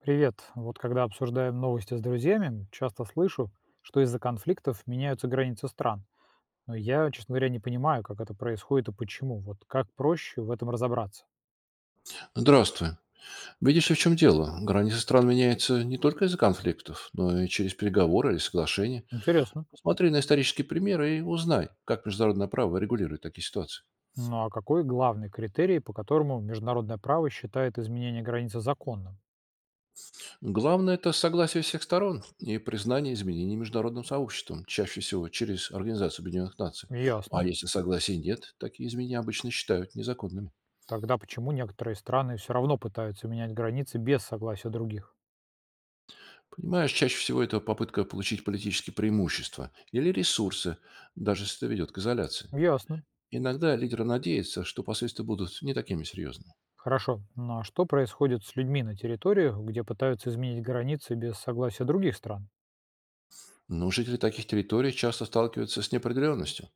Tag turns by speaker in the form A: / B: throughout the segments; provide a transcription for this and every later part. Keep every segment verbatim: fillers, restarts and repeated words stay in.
A: Привет. Вот когда обсуждаем новости с друзьями, часто слышу, что из-за конфликтов меняются границы стран. Но я, честно говоря, не понимаю, как это происходит и почему. Вот как проще в этом разобраться?
B: Здравствуй. Видишь ли, в чем дело? Границы стран меняются не только из-за конфликтов, но и через переговоры или соглашения.
A: Интересно.
B: Посмотри на исторические примеры и узнай, как международное право регулирует такие ситуации.
A: Ну а какой главный критерий, по которому международное право считает изменение границы законным?
B: Главное– это согласие всех сторон и признание изменений международным сообществом, чаще всего через Организацию Объединенных Наций.
A: Ясно.
B: А если согласия нет, такие изменения обычно считают незаконными.
A: Тогда почему некоторые страны все равно пытаются менять границы без согласия других?
B: Понимаешь, чаще всего это попытка получить политические преимущества или ресурсы, даже если это ведет к изоляции.
A: Ясно.
B: Иногда лидеры надеются, что последствия будут не такими серьезными.
A: Хорошо. Ну а что происходит с людьми на территориях, где пытаются изменить границы без согласия других стран?
B: Но жители таких территорий часто сталкиваются с неопределенностью.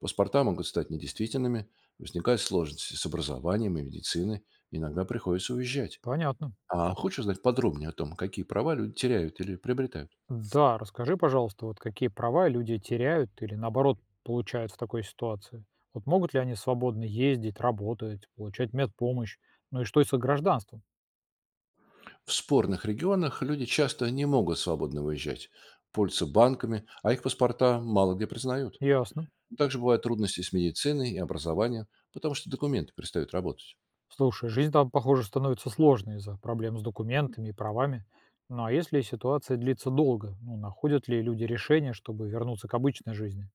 B: Паспорта могут стать недействительными, возникают сложности с образованием и медициной, иногда приходится уезжать.
A: Понятно.
B: А хочешь узнать подробнее о том, какие права люди теряют или приобретают?
A: Да, расскажи, пожалуйста, вот какие права люди теряют или, наоборот, получают в такой ситуации? Вот могут ли они свободно ездить, работать, получать медпомощь? Ну и что это с их гражданством?
B: В спорных регионах люди часто не могут свободно выезжать, пользуются банками, а их паспорта мало где признают.
A: Ясно.
B: Также бывают трудности с медициной и образованием, потому что документы перестают работать.
A: Слушай, жизнь там, похоже, становится сложной из-за проблем с документами и правами. Ну а если ситуация длится долго, ну, находят ли люди решение, чтобы вернуться к обычной жизни?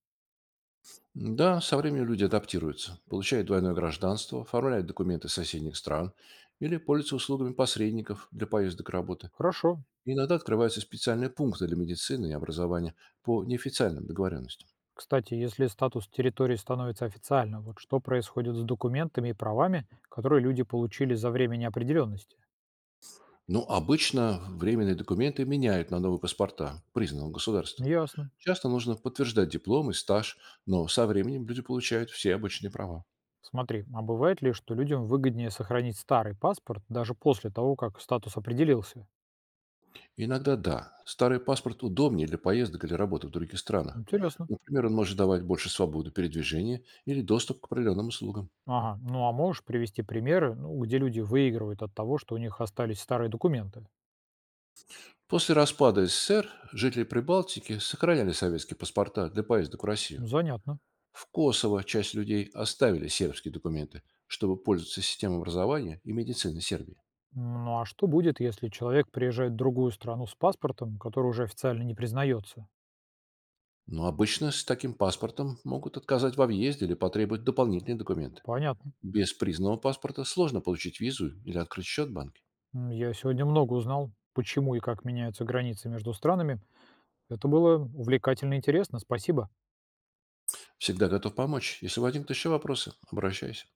B: Да, со временем люди адаптируются, получают двойное гражданство, оформляют документы соседних стран или пользуются услугами посредников для поездок и работы.
A: Хорошо.
B: И иногда открываются специальные пункты для медицины и образования по неофициальным договоренностям.
A: Кстати, если статус территории становится официальным, вот что происходит с документами и правами, которые люди получили за время неопределенности?
B: Но обычно временные документы меняют на новые паспорта признанного государства.
A: Ясно.
B: Часто нужно подтверждать диплом и стаж, но со временем люди получают все обычные права.
A: Смотри, а бывает ли, что людям выгоднее сохранить старый паспорт даже после того, как статус определился?
B: Иногда да. Старый паспорт удобнее для поездок или работы в других странах.
A: Интересно.
B: Например, он может давать больше свободы передвижения или доступ к определенным услугам.
A: Ага, ну а можешь привести примеры, ну, где люди выигрывают от того, что у них остались старые документы?
B: После распада С С С Р жители Прибалтики сохраняли советские паспорта для поездок в Россию.
A: Занятно.
B: В Kosovo часть людей оставили сербские документы, чтобы пользоваться системой образования и медицины Сербии.
A: М, Ну а что будет, если человек приезжает в другую страну с паспортом, который уже официально не признается?
B: Но обычно с таким паспортом могут отказать во въезде или потребовать дополнительные документы.
A: Понятно.
B: Без признанного паспорта сложно получить визу или открыть счет в банке.
A: М, Я сегодня много узнал, почему и как меняются границы между странами. Это было увлекательно и интересно. Спасибо.
B: Всегда готов помочь. Если возникнут еще вопросы, обращайся.